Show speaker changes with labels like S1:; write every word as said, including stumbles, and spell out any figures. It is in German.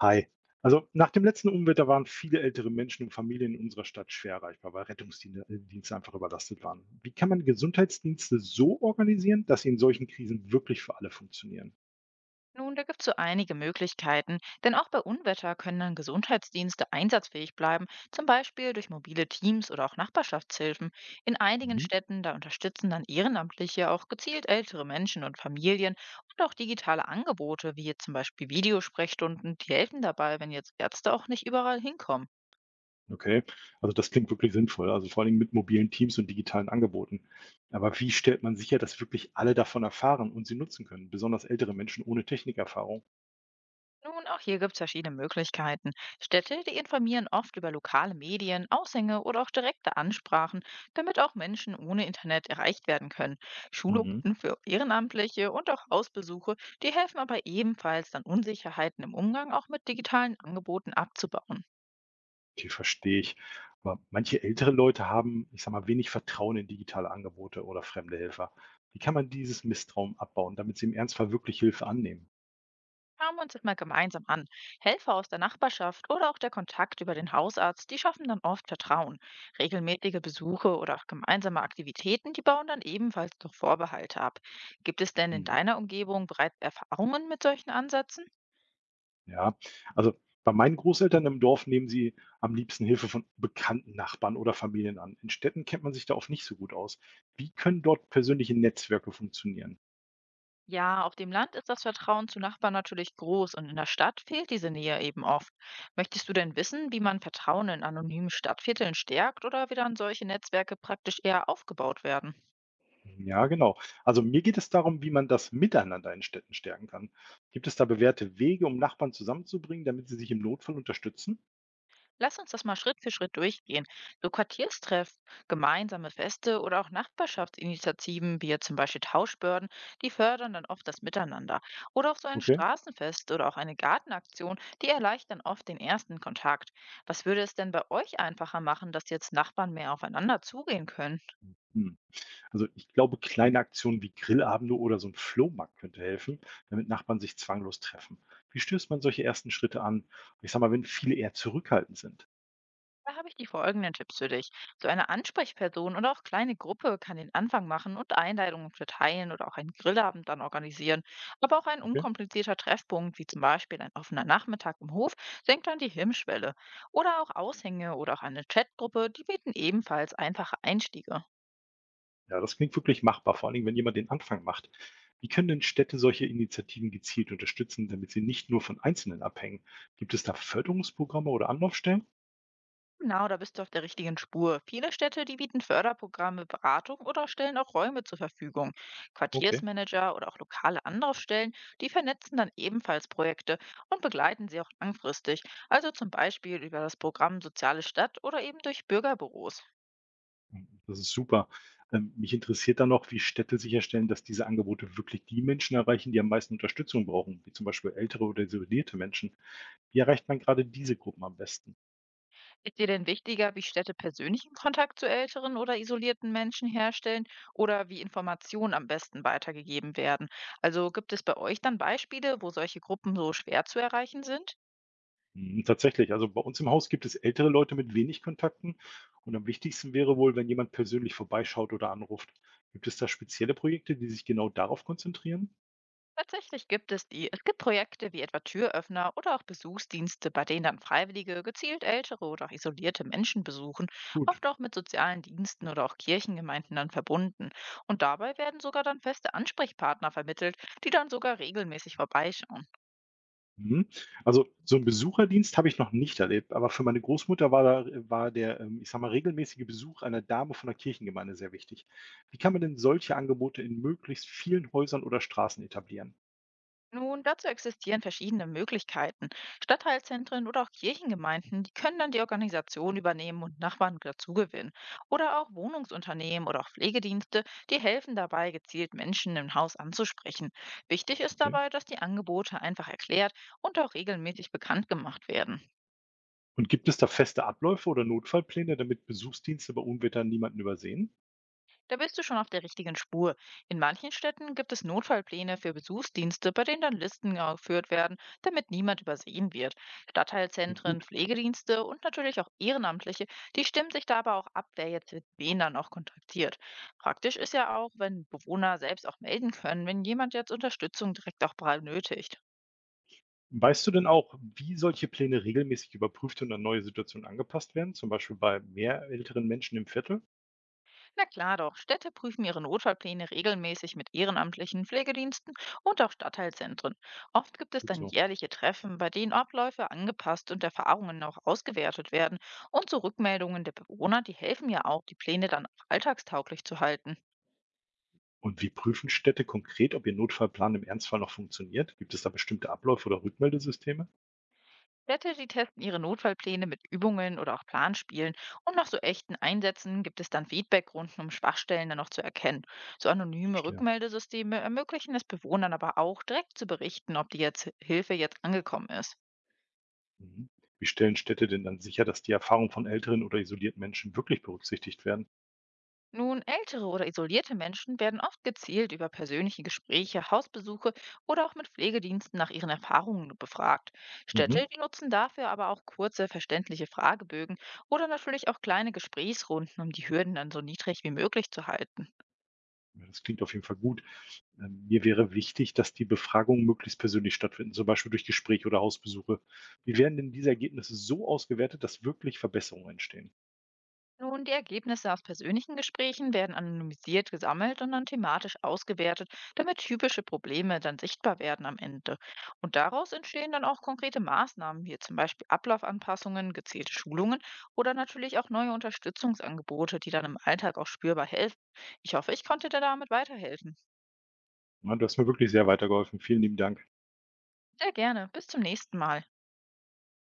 S1: Hi. Also nach dem letzten Unwetter waren viele ältere Menschen und Familien in unserer Stadt schwer erreichbar, weil Rettungsdienste einfach überlastet waren. Wie kann man Gesundheitsdienste so organisieren, dass sie in solchen Krisen wirklich für alle funktionieren?
S2: Nun, da gibt es so einige Möglichkeiten, denn auch bei Unwetter können dann Gesundheitsdienste einsatzfähig bleiben, zum Beispiel durch mobile Teams oder auch Nachbarschaftshilfen. In einigen
S1: Mhm.
S2: Städten, da unterstützen dann Ehrenamtliche auch gezielt ältere Menschen und Familien und auch digitale Angebote, wie jetzt zum Beispiel Videosprechstunden, die helfen dabei, wenn jetzt Ärzte auch nicht überall hinkommen.
S1: Okay, also das klingt wirklich sinnvoll, also vor allem mit mobilen Teams und digitalen Angeboten. Aber wie stellt man sicher, dass wirklich alle davon erfahren und sie nutzen können, besonders ältere Menschen ohne Technikerfahrung?
S2: Nun, auch hier gibt es verschiedene Möglichkeiten. Städte, die informieren oft über lokale Medien, Aushänge oder auch direkte Ansprachen, damit auch Menschen ohne Internet erreicht werden können.
S1: Mhm.
S2: Schulungen für Ehrenamtliche und auch Hausbesuche, die helfen aber ebenfalls dann Unsicherheiten im Umgang auch mit digitalen Angeboten abzubauen.
S1: Okay, verstehe ich. Aber manche ältere Leute haben, ich sag mal, wenig Vertrauen in digitale Angebote oder fremde Helfer. Wie kann man dieses Misstrauen abbauen, damit sie im Ernstfall wirklich Hilfe annehmen?
S2: Schauen wir uns das mal gemeinsam an. Helfer aus der Nachbarschaft oder auch der Kontakt über den Hausarzt, die schaffen dann oft Vertrauen. Regelmäßige Besuche oder auch gemeinsame Aktivitäten, die bauen dann ebenfalls noch Vorbehalte ab. Gibt es denn in
S1: Mhm.
S2: deiner Umgebung bereits Erfahrungen mit solchen Ansätzen?
S1: Ja, also bei meinen Großeltern im Dorf nehmen sie am liebsten Hilfe von bekannten Nachbarn oder Familien an. In Städten kennt man sich da oft nicht so gut aus. Wie können dort persönliche Netzwerke funktionieren?
S2: Ja, auf dem Land ist das Vertrauen zu Nachbarn natürlich groß und in der Stadt fehlt diese Nähe eben oft. Möchtest du denn wissen, wie man Vertrauen in anonymen Stadtvierteln stärkt oder wie dann solche Netzwerke praktisch eher aufgebaut werden?
S1: Mhm, ja, genau. Also mir geht es darum, wie man das Miteinander in Städten stärken kann. Gibt es da bewährte Wege, um Nachbarn zusammenzubringen, damit sie sich im Notfall unterstützen?
S2: Lass uns das mal Schritt für Schritt durchgehen. So Quartierstreffen, gemeinsame Feste oder auch Nachbarschaftsinitiativen, wie jetzt zum Beispiel Tauschbörden, die fördern dann oft das Miteinander. Oder auch so ein
S1: Okay.
S2: Straßenfest oder auch eine Gartenaktion, die erleichtern oft den ersten Kontakt. Was würde es denn bei euch einfacher machen, dass jetzt Nachbarn mehr aufeinander zugehen können?
S1: Hm. Also ich glaube, kleine Aktionen wie Grillabende oder so 'n Flohmarkt könnte helfen, damit Nachbarn sich zwanglos treffen. Wie stößt man solche ersten Schritte an? Ich sage mal, wenn viele eher zurückhaltend sind.
S2: Da habe ich die folgenden Tipps für dich. So eine Ansprechperson oder auch kleine Gruppe kann den Anfang machen und Einladungen verteilen oder auch einen Grillabend dann organisieren. Aber auch ein
S1: Okay.
S2: unkomplizierter Treffpunkt, wie zum Beispiel ein offener Nachmittag im Hof, senkt dann die Hemmschwelle. Oder auch Aushänge oder auch eine Chatgruppe, die bieten ebenfalls einfache Einstiege.
S1: Ja, das klingt wirklich machbar, vor allen Dingen, wenn jemand den Anfang macht. Wie können denn Städte solche Initiativen gezielt unterstützen, damit sie nicht nur von Einzelnen abhängen? Gibt es da Förderungsprogramme oder Anlaufstellen?
S2: Genau, da bist du auf der richtigen Spur. Viele Städte, die bieten Förderprogramme, Beratung oder stellen auch Räume zur Verfügung.
S1: Okay.
S2: Quartiersmanager oder auch lokale Anlaufstellen, die vernetzen dann ebenfalls Projekte und begleiten sie auch langfristig, also zum Beispiel über das Programm Soziale Stadt oder eben durch Bürgerbüros.
S1: Mhm, das ist super. Ähm, mich interessiert dann noch, wie Städte sicherstellen, dass diese Angebote wirklich die Menschen erreichen, die am meisten Unterstützung brauchen, wie zum Beispiel ältere oder isolierte Menschen. Wie erreicht man gerade diese Gruppen am besten?
S2: Ist dir denn wichtiger, wie Städte persönlichen Kontakt zu älteren oder isolierten Menschen herstellen oder wie Informationen am besten weitergegeben werden? Also gibt es bei euch dann Beispiele, wo solche Gruppen so schwer zu erreichen sind?
S1: Mhm, tatsächlich, also bei uns im Haus gibt es ältere Leute mit wenig Kontakten und am wichtigsten wäre wohl, wenn jemand persönlich vorbeischaut oder anruft. Gibt es da spezielle Projekte, die sich genau darauf konzentrieren?
S2: Tatsächlich gibt es die. Es gibt Projekte wie etwa Türöffner oder auch Besuchsdienste, bei denen dann Freiwillige gezielt ältere oder auch isolierte Menschen besuchen,
S1: Gut.
S2: oft auch mit sozialen Diensten oder auch Kirchengemeinden dann verbunden. Und dabei werden sogar dann feste Ansprechpartner vermittelt, die dann sogar regelmäßig vorbeischauen.
S1: Mhm. Also, so 'n Besucherdienst habe ich noch nicht erlebt, aber für meine Großmutter war da war der, ähm, ich sage mal, regelmäßige Besuch einer Dame von der Kirchengemeinde sehr wichtig. Wie kann man denn solche Angebote in möglichst vielen Häusern oder Straßen etablieren?
S2: Nun, dazu existieren verschiedene Möglichkeiten. Stadtteilzentren oder auch Kirchengemeinden, die können dann die Organisation übernehmen und Nachbarn dazugewinnen. Oder auch Wohnungsunternehmen oder auch Pflegedienste, die helfen dabei, gezielt Menschen im Haus anzusprechen. Wichtig ist
S1: Okay.
S2: dabei, dass die Angebote einfach erklärt und auch regelmäßig bekannt gemacht werden.
S1: Und gibt es da feste Abläufe oder Notfallpläne, damit Besuchsdienste bei Unwettern niemanden übersehen?
S2: Da bist du schon auf der richtigen Spur. In manchen Städten gibt es Notfallpläne für Besuchsdienste, bei denen dann Listen geführt werden, damit niemand übersehen wird.
S1: Klingt
S2: Stadtteilzentren,
S1: gut.
S2: Pflegedienste und natürlich auch Ehrenamtliche, die stimmen sich da aber auch ab, wer jetzt mit wen dann auch kontaktiert. Praktisch ist ja auch, wenn Bewohner selbst auch melden können, wenn jemand jetzt Unterstützung direkt auch benötigt.
S1: Weißt du denn auch, wie solche Pläne regelmäßig überprüft und an neue Situationen angepasst werden, zum Beispiel bei mehr älteren Menschen im Viertel?
S2: Na klar doch, Städte prüfen ihre Notfallpläne regelmäßig mit ehrenamtlichen Pflegediensten und auch Stadtteilzentren. Oft gibt es
S1: Gut
S2: dann
S1: so.
S2: jährliche Treffen, bei denen Abläufe angepasst und Erfahrungen auch ausgewertet werden. Und so Rückmeldungen der Bewohner, die helfen ja auch, die Pläne dann auch alltagstauglich zu halten.
S1: Und wie prüfen Städte konkret, ob ihr Notfallplan im Ernstfall noch funktioniert? Gibt es da bestimmte Abläufe oder Rückmeldesysteme?
S2: Städte, die testen ihre Notfallpläne mit Übungen oder auch Planspielen. Und nach so echten Einsätzen gibt es dann Feedbackrunden, um Schwachstellen dann noch zu erkennen. So anonyme
S1: Verstehe.
S2: Rückmeldesysteme ermöglichen es Bewohnern aber auch direkt zu berichten, ob die jetzt Hilfe jetzt angekommen ist.
S1: Mhm. Wie stellen Städte denn dann sicher, dass die Erfahrungen von älteren oder isolierten Menschen wirklich berücksichtigt werden?
S2: Nun, ältere oder isolierte Menschen werden oft gezielt über persönliche Gespräche, Hausbesuche oder auch mit Pflegediensten nach ihren Erfahrungen befragt.
S1: Mhm.
S2: Städte, die nutzen dafür aber auch kurze, verständliche Fragebögen oder natürlich auch kleine Gesprächsrunden, um die Hürden dann so niedrig wie möglich zu halten.
S1: Ja, das klingt auf jeden Fall gut. Ähm, Mir wäre wichtig, dass die Befragungen möglichst persönlich stattfinden, zum Beispiel durch Gespräche oder Hausbesuche. Wie werden denn diese Ergebnisse so ausgewertet, dass wirklich Verbesserungen entstehen?
S2: Nun, die Ergebnisse aus persönlichen Gesprächen werden anonymisiert gesammelt und dann thematisch ausgewertet, damit typische Probleme dann sichtbar werden am Ende. Und daraus entstehen dann auch konkrete Maßnahmen, wie zum Beispiel Ablaufanpassungen, gezielte Schulungen oder natürlich auch neue Unterstützungsangebote, die dann im Alltag auch spürbar helfen. Ich hoffe, ich konnte dir damit weiterhelfen.
S1: Ja, du hast mir wirklich sehr weitergeholfen. Vielen lieben Dank.
S2: Sehr gerne. Bis zum nächsten Mal.